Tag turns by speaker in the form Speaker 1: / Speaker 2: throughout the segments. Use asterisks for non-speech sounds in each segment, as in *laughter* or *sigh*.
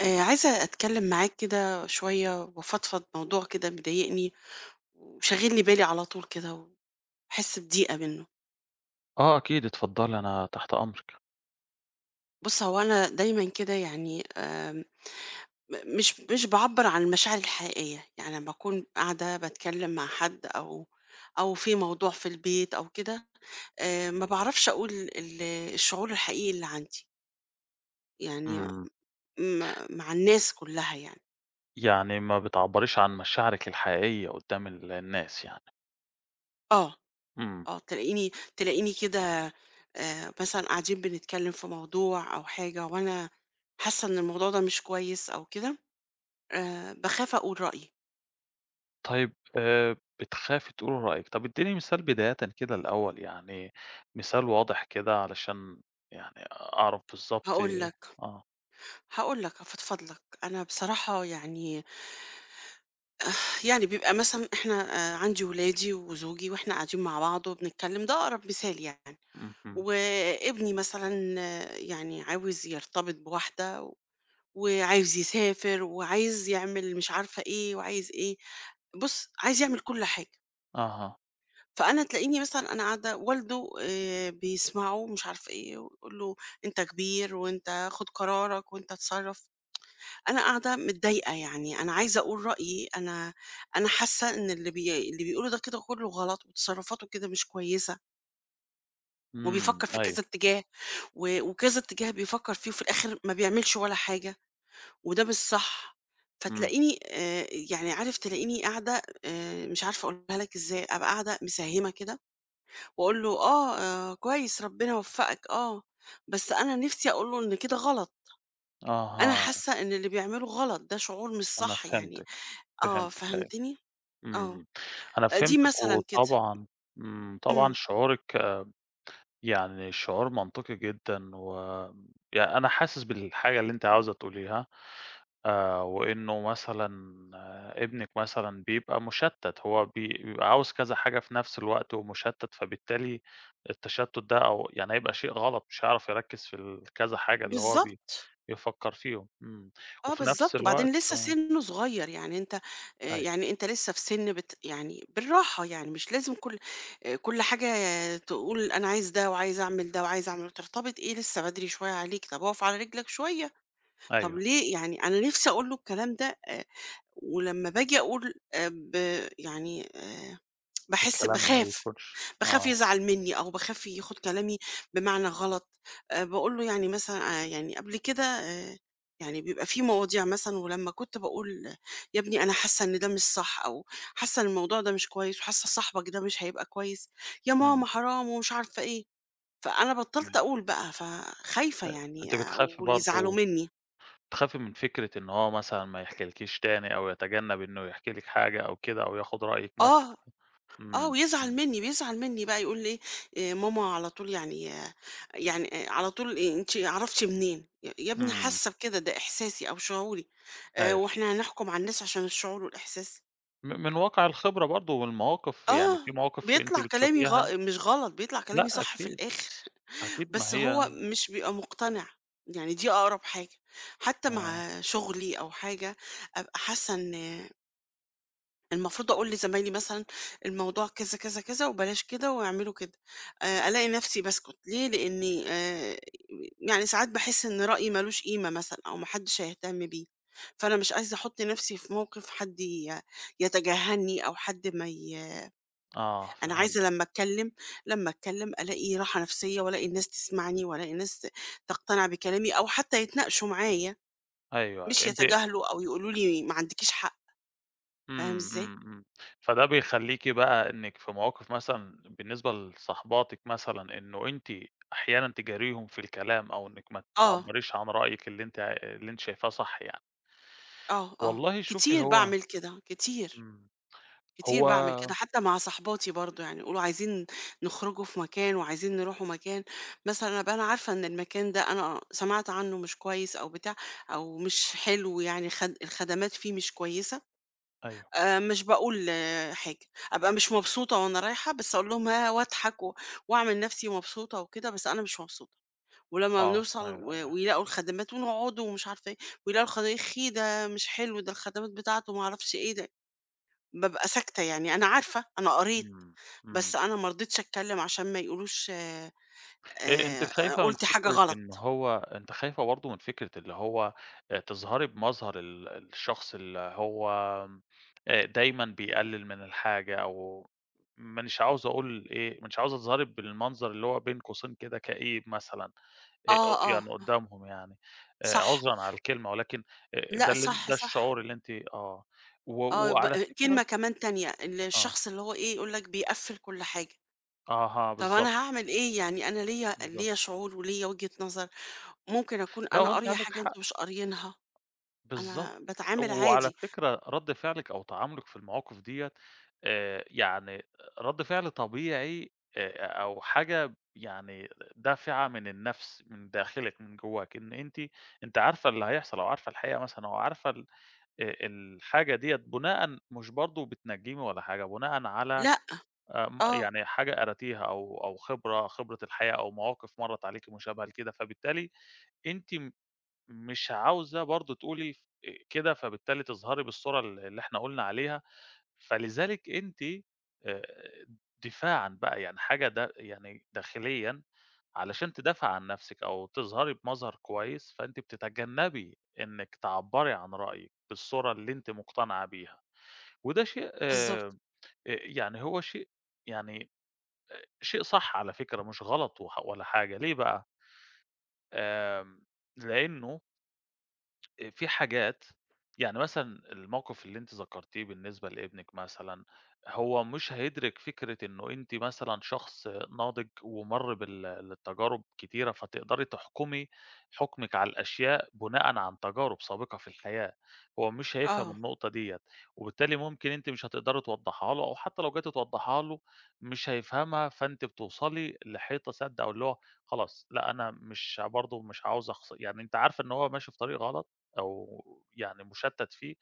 Speaker 1: آه، عايزة أتكلم معاك كده شوية وأفضفض موضوع كده مضايقني وشاغل لي بالي على طول كده وأحس بضيقة منه.
Speaker 2: آه أكيد، اتفضّلي أنا تحت أمرِك.
Speaker 1: بص، هو أنا دايما كده يعني مش بعبر عن المشاعر الحقيقية، يعني لما أكون قاعدة بتكلم مع حد أو في موضوع في البيت أو كده. آه، ما بعرفش أقول الشعور الحقيقي اللي عندي يعني،
Speaker 2: إمم،
Speaker 1: مع الناس كلها يعني.
Speaker 2: يعني ما بتعبّريش عن مشاعرِك الحقيقية قدّام الناس يعني.
Speaker 1: آه
Speaker 2: إمم،
Speaker 1: آه، تلاقيني كده مثلًا قاعدين بنتكلم في موضوع أو حاجة، وأنا حاسة إن الموضوع ده مش كويس أو كده، باخاف أقول رأيي.
Speaker 2: طيب بتخافي تقولي رأيِك، طب ادّيني مثال بدايةً كده الأول، يعني مثال واضح كده علشان يعني أعرف بالضبط
Speaker 1: هاقول لك،
Speaker 2: آه،
Speaker 1: هاقول لك، هافضفض لك. أنا بصراحة يعني، يعني بيبقى مثلًا إحنا عندي ولادي وزوجي وإحنا قاعدين مع بعض وبنتكلم، ده أقرب مثال يعني.
Speaker 2: اهم،
Speaker 1: وابني مثلًا آه، يعني عاوز يرتبط بواحدة وعايز يسافر، وعايز يعمل مش عارفة إيه، وعايز إيه، بُص عايز يعمل كل حاجة.
Speaker 2: أها،
Speaker 1: فأنا تلاقيني مثلًا أنا قاعدة والده بيسمعه مش عارفة إيه، ويقول له: "أنت كبير، وأنت خُد قرارك، وأنت اتصرّف." أنا قاعدة متضايقة يعني، أنا عايزة أقول رأيي، أنا أنا حاسة إن اللي بيقوله ده كده كُلّه غلط، وتصرُّفاته كده مش كويسة،
Speaker 2: إمم،
Speaker 1: وبيفكّر في
Speaker 2: أيوه،
Speaker 1: كذا اتجاه، وكذا اتجاه بيفكّر فيه، وفي الآخر ما بيعملش ولا حاجة. وده مش صح.
Speaker 2: إمم،
Speaker 1: فتلاقيني يعني عارف، تلاقيني قاعدة، مش عارفة أقولها لك إزاي، أبقى قاعدة مسهّمة كده وأقول له آه، كويس ربنا وفّقك آه، بس أنا نِفْسي أقول له إن كده غلط. أنا
Speaker 2: أها،
Speaker 1: حاسة إن اللي بيعمله غلط، ده شعور مش
Speaker 2: أنا
Speaker 1: صح يعني.
Speaker 2: فهمتِك،
Speaker 1: آه،
Speaker 2: فهمتِك أيوه،
Speaker 1: فهمتني؟ آه،
Speaker 2: إمم، أنا
Speaker 1: آه، دي
Speaker 2: فهمتِك
Speaker 1: مثلًا كده.
Speaker 2: وطبعًا طبعًا
Speaker 1: إمم،
Speaker 2: شعورِك يعني شعور منطقي جدًا و يعني أنا حاسس بالحاجة اللي أنتِ عاوزة تقوليها وإنه مثلًا آه، ابنِك مثلًا بيبقى مُشتَّت، هو بيبقى عاوز كذا حاجة في نفس الوقت ومُشتَّت، فبالتالي التشتُّت ده أو يعني هيبقى شيء غلط، مش هيعرف يركِّز في كذا حاجة اللي هو
Speaker 1: بالضبط.
Speaker 2: بيفكّر فيهم. إمم.
Speaker 1: آه
Speaker 2: وفي نفس
Speaker 1: بالضبط،
Speaker 2: الوقت
Speaker 1: وبعدين لسه
Speaker 2: آه،
Speaker 1: سِنُّه صغير، يعني أنت
Speaker 2: أيوه،
Speaker 1: يعني أنت لسه في سِن يعني بالراحة، يعني مش لازم كل كل حاجة تقول أنا عايز ده وعايز أعمل ده وعايز أعمل ترتبط إيه، لسه بدري شوية عليك، طَب أُقف على رجلك شوية، طَب
Speaker 2: أيوه.
Speaker 1: ليه؟ يعني أنا نِفْسي أقول له الكلام ده، ولمّا باجي أقول ب يعني باحس
Speaker 2: الكلام ما
Speaker 1: باخاف.
Speaker 2: بيكونش
Speaker 1: باخاف
Speaker 2: آه.
Speaker 1: يزعل منّي أو باخاف ياخُد كلامي بمعنى غلط. باقول له يعني مثلًا، يعني قبل كده يعني بيبقى في مواضيع مثلًا، ولمّا كنت باقول يا ابني أنا حاسّة إن ده مش صح، أو حاسّة إن الموضوع ده مش كويس، وحاسّة صاحبك ده مش هيبقى كويس، يا
Speaker 2: إمم،
Speaker 1: ماما حرام ومش عارفة إيه، فأنا بطّلت
Speaker 2: إمم.
Speaker 1: أقول بقى، فخايفة
Speaker 2: أ
Speaker 1: يعني
Speaker 2: أنتِ بتخافي
Speaker 1: أقول يزعلوا
Speaker 2: برضه
Speaker 1: منّي.
Speaker 2: تخافي من فكرة إن هو مثلًا ما يحكيلكيش تاني أو يتجنب إنه يحكي لِك حاجة أو كده أو ياخد رأيِك مثلًا،
Speaker 1: آه. آه،
Speaker 2: إمم،
Speaker 1: ويزعل
Speaker 2: إمم،
Speaker 1: منّي، بيزعل منّي بقى يقول لي إيه، ماما على طول يعني آه، يعني على طول أنتِ عرفتِ منين؟ يا ابني
Speaker 2: إمم،
Speaker 1: حاسّة بكده، ده إحساسي أو شعوري،
Speaker 2: أيوه،
Speaker 1: وإحنا هنحكُم على الناس عشان الشعور والإحساس؟
Speaker 2: من واقع الخبرة برضه والمواقف، يعني في
Speaker 1: آه،
Speaker 2: مواقف أنتِ
Speaker 1: بيطلع كلامي
Speaker 2: بتشوفيها
Speaker 1: مش غلط، بيطلع كلامي
Speaker 2: لأ
Speaker 1: صح في
Speaker 2: أكيد،
Speaker 1: الآخر،
Speaker 2: أكيد ما
Speaker 1: بس
Speaker 2: هي
Speaker 1: هو مش بيبقى مقتنع. يعني دي أقرب حاجة، حتى
Speaker 2: آه،
Speaker 1: مع شغلي أو حاجة، أبقى حاسّة إن المفروض أقول لزمايلي مثلًا الموضوع كذا، كذا، كذا وبلاش كده واعملوا كده، ألاقي نفسي باسكت. ليه؟ لإني يعني ساعات باحس إن رأيي ما لوش قيمة مثلًا أو ما حدش هيهتم بيه، فأنا مش عايزة أحُط نفسي في موقف حد يتجاهلني أو حد ما ي.
Speaker 2: آه
Speaker 1: أنا عايزة
Speaker 2: فهمتِك،
Speaker 1: لمّا أتكلم، لمّا أتكلم ألاقي راحة نفسية وألاقي الناس تسمعني وألاقي الناس تقتنع بكلامي أو حتى يتناقشوا معايا،
Speaker 2: أيوه، أيوه،
Speaker 1: مش يتجاهلوا أو يقولوا لي ما عندكيش حق، فاهم
Speaker 2: إمم،
Speaker 1: إزاي؟
Speaker 2: إمم، إمم، فده بيخلّيكِ بقى إنِّك في مواقف مثلًا بالنسبة لصاحباتِك مثلًا إنه أنتِ أحيانًا تجاريهم في الكلام أو إنِّك ما
Speaker 1: آه.
Speaker 2: تعبّريش عن رأيِك اللي أنتِ شايفاه صح يعني.
Speaker 1: آه، آه،
Speaker 2: والله شوفي
Speaker 1: كتير باعمل كده، كتير،
Speaker 2: إمم،
Speaker 1: كتير
Speaker 2: هو
Speaker 1: باعمل كده، حتى مع صاحباتي برضه، يعني يقولوا عايزين نخرجوا في مكان وعايزين نروحوا مكان، مثلًا أبقى أنا عارفة إن المكان ده أنا سمعت عنه مش كويس أو بتاع أو مش حلو، يعني خد الخدمات فيه مش كويسة.
Speaker 2: أيوه،
Speaker 1: مش باقول حاجة، أبقى مش مبسوطة وأنا رايحة، بس أقول لهم ها واضحك و واعمل نفسي مبسوطة وكده، بس أنا مش مبسوطة. ولمّا
Speaker 2: آه،
Speaker 1: بنوصل
Speaker 2: أيوه، أيوه،
Speaker 1: ويلاقوا الخدمات ونقعدوا ومش عارفة إيه، ويلاقوا الخدم ده مش حلو، ده الخدمات بتاعته ما أعرفش إيه ده، بابقى ساكتة، يعني أنا عارفة، أنا قريت،
Speaker 2: إمم،
Speaker 1: بس
Speaker 2: إمم،
Speaker 1: أنا ما رضيتش أتكلم عشان ما يقولوش
Speaker 2: أنتِ
Speaker 1: آآ
Speaker 2: خايفة من
Speaker 1: قُلت حاجة
Speaker 2: فكرة إن
Speaker 1: غلط.
Speaker 2: هو أنتِ خايفة برضه من فكرة اللي هو تظهري بمظهر الشخص اللي هو دايمًا بيقلل من الحاجة أو مانيش عاوز أقول إيه، مش عاوزة تظهري بالمنظر اللي هو بين قوسين كده كئيب مثلًا، أ
Speaker 1: آه، آه،
Speaker 2: يعني
Speaker 1: آه،
Speaker 2: قدّامهم يعني،
Speaker 1: صح،
Speaker 2: عذرًا على الكلمة ولكن ده
Speaker 1: لأ
Speaker 2: ال
Speaker 1: صح،
Speaker 2: ده
Speaker 1: صح،
Speaker 2: الشعور اللي أنتِ، و
Speaker 1: آه،
Speaker 2: وعلى
Speaker 1: يبقى كلمة
Speaker 2: فكرة
Speaker 1: كمان تانية،
Speaker 2: آه،
Speaker 1: الشخص اللي هو إيه، يقول لك بيقفّل كل حاجة،
Speaker 2: أها
Speaker 1: طَب أنا
Speaker 2: بالضبط،
Speaker 1: هاعمل إيه؟ يعني أنا ليّا
Speaker 2: بالضبط.
Speaker 1: ليّا شعور وليّا وجهة نظر، ممكن أكون
Speaker 2: لأ
Speaker 1: أنا
Speaker 2: هو أنتِ
Speaker 1: قارية
Speaker 2: عندِك
Speaker 1: حاجة
Speaker 2: حق،
Speaker 1: أنتم مش قاريينها، أنا
Speaker 2: بالضبط.
Speaker 1: باتعامل
Speaker 2: وعلى
Speaker 1: عادي.
Speaker 2: فكرة رَد فعلِك أو تعاملِك في المواقف ديّة يعني رَد فعل طبيعي أو حاجة يعني دافعة من النفس، من داخلِك، من جواك، إن أنتِ أنتِ عارفة اللي هيحصل أو عارفة الحقيقة مثلًا أو عارفة الحاجة ديّة بناءً مش برضه بتنجّمي ولا حاجة، بناءً على
Speaker 1: لأ،
Speaker 2: م
Speaker 1: آه،
Speaker 2: يعني حاجة قريتيها أو أو خبرة الحياة أو مواقف مرّت عليكِ مشابهة لكده، فبالتالي أنتِ مش عاوزة برضه تقولي ف كده، فبالتالي تظهري بالصورة اللي إحنا قُلنا عليها، فلذلك أنتِ آآ دفاعًا بقى يعني حاجة يعني داخليًا علشان تدافعي عن نَفْسِك أو تظهري بمظهر كويس، فأنتِ بتتجنّبي إنِّك تعبّري عن رأيِك بالصورة اللي أنتِ مقتنعة بيها، وده شيء
Speaker 1: بالضبط،
Speaker 2: يعني هو شيء يعني شيء صح على فكرة مش غلط ولا حاجة، ليه بقى؟ آمم، لإنه في حاجات يعني مثلًا الموقِف اللي أنتِ ذكرتيه بالنسبة لابنِك مثلًا، هو مش هيدرك فكرة إنه أنتِ مثلًا شخص ناضج ومَر بالتجارب كتيرة، فتقدري تحكُمي حُكمِك على الأشياء بُناءً عن تجارب سابقة في الحياة، هو مش هيفهم
Speaker 1: آه،
Speaker 2: النقطة ديّة، وبالتالي ممكن أنتِ مش هتقدري توضّحيها له أو حتى لو جيتِ توضّحيها له مش هيفهمها، فأنتِ بتوصلي لحيطة سادة أو اللي هو خلاص لأ، أنا مش برضه مش عاوزة أخس يعني أنتِ عارفة إن هو ماشي في طريق غلط أو يعني مُشتّت فيه،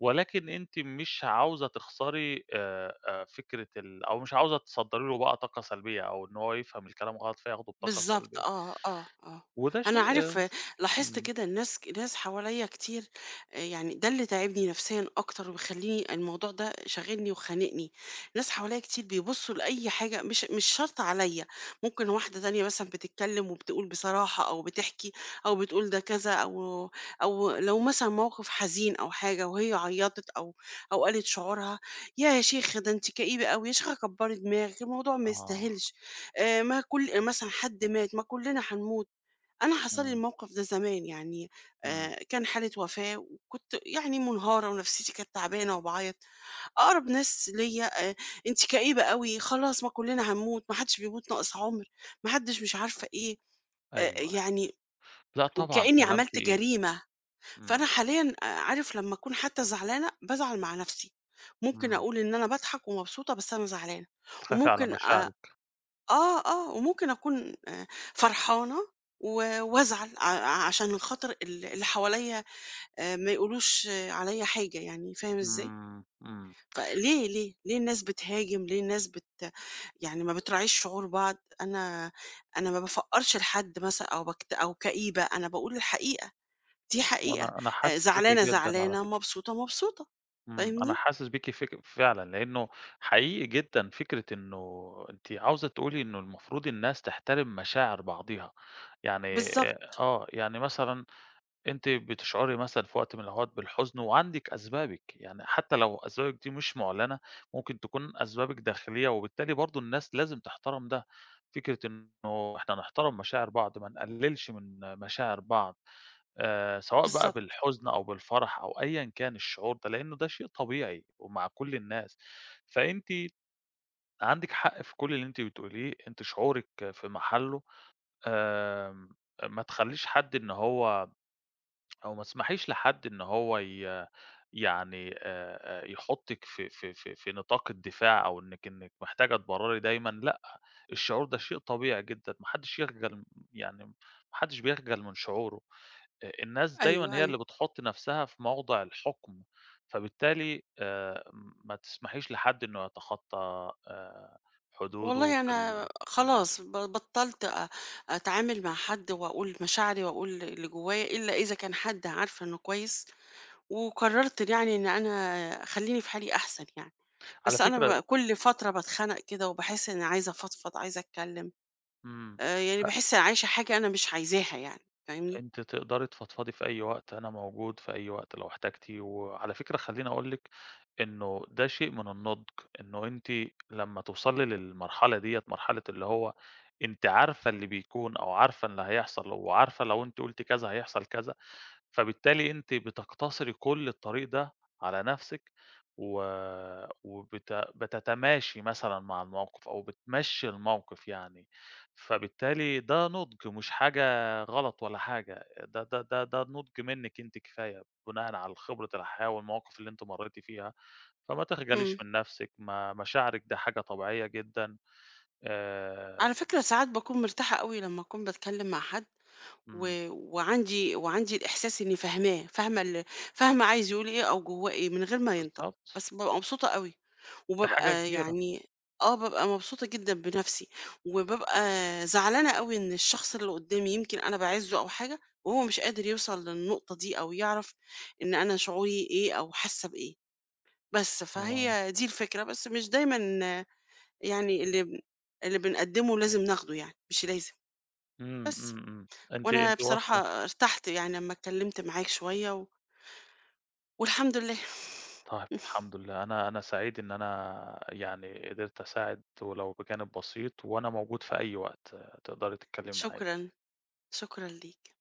Speaker 2: ولكن أنتِ مش عاوزة تخسري فكرة أو مش عاوزة تصدّري له بقى طاقة سلبية أو إن هو يفهم الكلام غلط فياخده بطاقة
Speaker 1: بالضبط
Speaker 2: سلبية،
Speaker 1: آه، آه، آه.
Speaker 2: وده
Speaker 1: أنا
Speaker 2: شيء آه،
Speaker 1: عارف آه،
Speaker 2: مش
Speaker 1: لاحظت
Speaker 2: إمم،
Speaker 1: كده الناس، ناس حواليّا كتير، يعني ده اللي تاعبني نفسيًا أكتر ومخلّيني الموضوع ده شاغلني وخانقني. ناس حواليّا كتير بيبُصّوا لأي حاجة مش شرط عليّا، ممكن واحدة تانية مثلًا بتتكلّم وبتقول بصراحة أو بتحكي أو بتقول ده كذا أو أو لو مثلًا موقف حزين أو حاجة وهي عيّطت أو أو قالت شعورها، "ياه يا شيخ ده أنتِ كئيبة أوي، يا شيخة كبّري دماغِك، الموضوع ما
Speaker 2: آه،
Speaker 1: يستاهلش." ما كل آه، مثلًا حد مات، ما كلنا هنموت. أنا حصل لي
Speaker 2: إمم،
Speaker 1: الموقف ده زمان يعني،
Speaker 2: إمم،
Speaker 1: كان حالة وفاة وكنت يعني منهارة ونفسيتي كانت تعبانة وباعيط. أقرب ناس ليّا "أنتِ كئيبة أوي، خلاص ما كلنا هنموت، ما حدش بيموت ناقص عُمر، ما حدش مش عارفة إيه."
Speaker 2: أيوه، أيوه،
Speaker 1: يعني
Speaker 2: لأ طبعًا
Speaker 1: وكإني
Speaker 2: كلام
Speaker 1: عملت
Speaker 2: تقيل،
Speaker 1: جريمة.
Speaker 2: إمم،
Speaker 1: فأنا حاليًا عارف، لمّا أكون حتى زعلانة، بازعل مع نفسي. ممكن
Speaker 2: إمم،
Speaker 1: أقول إن أنا باضحك ومبسوطة، بس أنا زعلانة.
Speaker 2: بتخافي على
Speaker 1: وممكن أ
Speaker 2: مشاعرِك،
Speaker 1: آه، آه، وممكن أكون فرحانة و وأزعل عشان خاطر اللي حواليّا ما يقولوش آه، عليّا حاجة يعني، فاهم إزاي؟
Speaker 2: إمم، إمم،
Speaker 1: فليه، ليه، ليه الناس بتهاجم، ليه الناس يعني ما بتراعيش شعور بعض؟ أنا أنا ما بافَقّرش لحد مثلًا أو باكت أو كئيبة، أنا باقول الحقيقة، دي حقيقة.
Speaker 2: وأنا حاسس بيكِ
Speaker 1: زعلانة،
Speaker 2: جدًا على
Speaker 1: زعلانة،
Speaker 2: فكرة.
Speaker 1: مبسوطة، مبسوطة،
Speaker 2: إمم، أنا
Speaker 1: فاهمني؟
Speaker 2: حاسس بيكِ فعلًا، لأنه حقيقي جدًا فكرة إنه أنتِ عاوزة تقولي إنه المفروض الناس تحترم مشاعر بعضيها، يعني
Speaker 1: بالضبط،
Speaker 2: آه، يعني مثلًا أنتِ بتشعري مثلًا في وقت من الأوقات بالحزن وعندِك أسبابِك، يعني حتى لو أسبابِك دي مش مُعلنة، ممكن تكون أسبابِك داخلية وبالتالي برضه الناس لازم تحترم ده، فكرة إنه إحنا نحترم مشاعر بعض، ما نقللش من مشاعر بعض. سواء بقى
Speaker 1: بالضبط،
Speaker 2: بالحزن أو بالفرح أو أيًا كان الشعور ده، لإنه ده شيء طبيعي ومع كل الناس، فأنتِ عندِك حق في كل اللي أنتِ بتقوليه، أنتِ شعورِك في محله، آمم، ما تخلّيش حد إن هو أو ما تسمحيش لحد إن هو يعني يحطِّك في في نطاق الدفاع أو إنِّك محتاجة تبرّري دايمًا، لأ، الشعور ده شيء طبيعي جدًا، ما حدّش يخجل يعني ما حدّش بيخجل من شعوره. الناس دايمًا
Speaker 1: أيوه،
Speaker 2: هي
Speaker 1: أيوه.
Speaker 2: اللي بتحُط نَفْسها في موضع الحُكم، فبالتالي ما تسمحيش لحد إنه يتخطّى حدوده
Speaker 1: والله
Speaker 2: في
Speaker 1: أنا
Speaker 2: إمم.
Speaker 1: خلاص بطّلت أ أتعامل مع حد وأقول مشاعري وأقول اللي جوايا، إلا إذا كان حد عارفة إنه كويس، وقررت يعني إن أنا خلّيني في حالي أحسن يعني.
Speaker 2: على
Speaker 1: بس
Speaker 2: فكرة
Speaker 1: أنا كل فترة باتخنق كده وباحس إني عايزة أفضفض، عايزة أتكلم،
Speaker 2: إمم.
Speaker 1: يعني باحس عايشة حاجة أنا مش عايزاها يعني، فاهمني؟
Speaker 2: أنتِ تقدري تفضفضي في أي وقت، أنا موجود في أي وقت لو احتجتِ، وعلى فكرة خلّيني أقول لِك إنه ده شيء من النضج، إنه أنتِ لمّا توصلي للمرحلة ديّة، مرحلة اللي هو أنتِ عارفة اللي بيكون أو عارفة اللي هيحصل وعارفة لو أنتِ قُلتِ كذا هيحصل كذا، فبالتالي أنتِ بتقتصري كل الطريق ده على نَفْسِك و بتتماشي مثلًا مع الموقف أو بتمشّي الموقف يعني، فبالتالي ده نضج مش حاجة غلط ولا حاجة، ده نُضج منِّك أنتِ كفاية، بناءً على خبرة الحياة والمواقف اللي أنتِ مرّيتِ فيها، فما تخجليش
Speaker 1: إمم.
Speaker 2: من نَفْسِك، ما مشاعرِك دي حاجة طبيعية جدًا، آآ
Speaker 1: على فكرة ساعات باكون مرتاحة أوي لمّا أكون باتكلم مع حد.
Speaker 2: إمم،
Speaker 1: وعندي الإحساس إني فاهماه، فاهمة عايز يقول إيه أو جواه إيه من غير ما ينطق،
Speaker 2: بالضبط،
Speaker 1: بس بابقى مبسوطة أوي،
Speaker 2: دي حاجة
Speaker 1: وبابقى
Speaker 2: كبيرة،
Speaker 1: يعني آه، بابقى مبسوطة جدًا بنَفْسي، وبابقى زعلانة أوي إن الشخص اللي قدّامي يمكن أنا باعزّه أو حاجة وهو مش قادر يوصل للنقطة دي أو يعرف إن أنا شعوري إيه أو حاسة بإيه، بس
Speaker 2: هو
Speaker 1: فهي دي الفكرة، بس مش دايمًا يعني اللي بنقدّمه لازم ناخده يعني، مش لازم،
Speaker 2: إمم،
Speaker 1: بس.
Speaker 2: إمم، إمم، أنتِ
Speaker 1: وأنا
Speaker 2: أنتِ
Speaker 1: بصراحة
Speaker 2: واصلة،
Speaker 1: ارتحت يعني لمّا اتكلمت معاك شوية و والحمد لله.
Speaker 2: طيب
Speaker 1: *laughs*
Speaker 2: الحمد لله، أنا سعيد إن أنا يعني قدرت أساعد ولو بجانب بسيط، وأنا موجود في أي وقت تقدري تتكلمي معايا.
Speaker 1: شكرًا، شكرًا ليك.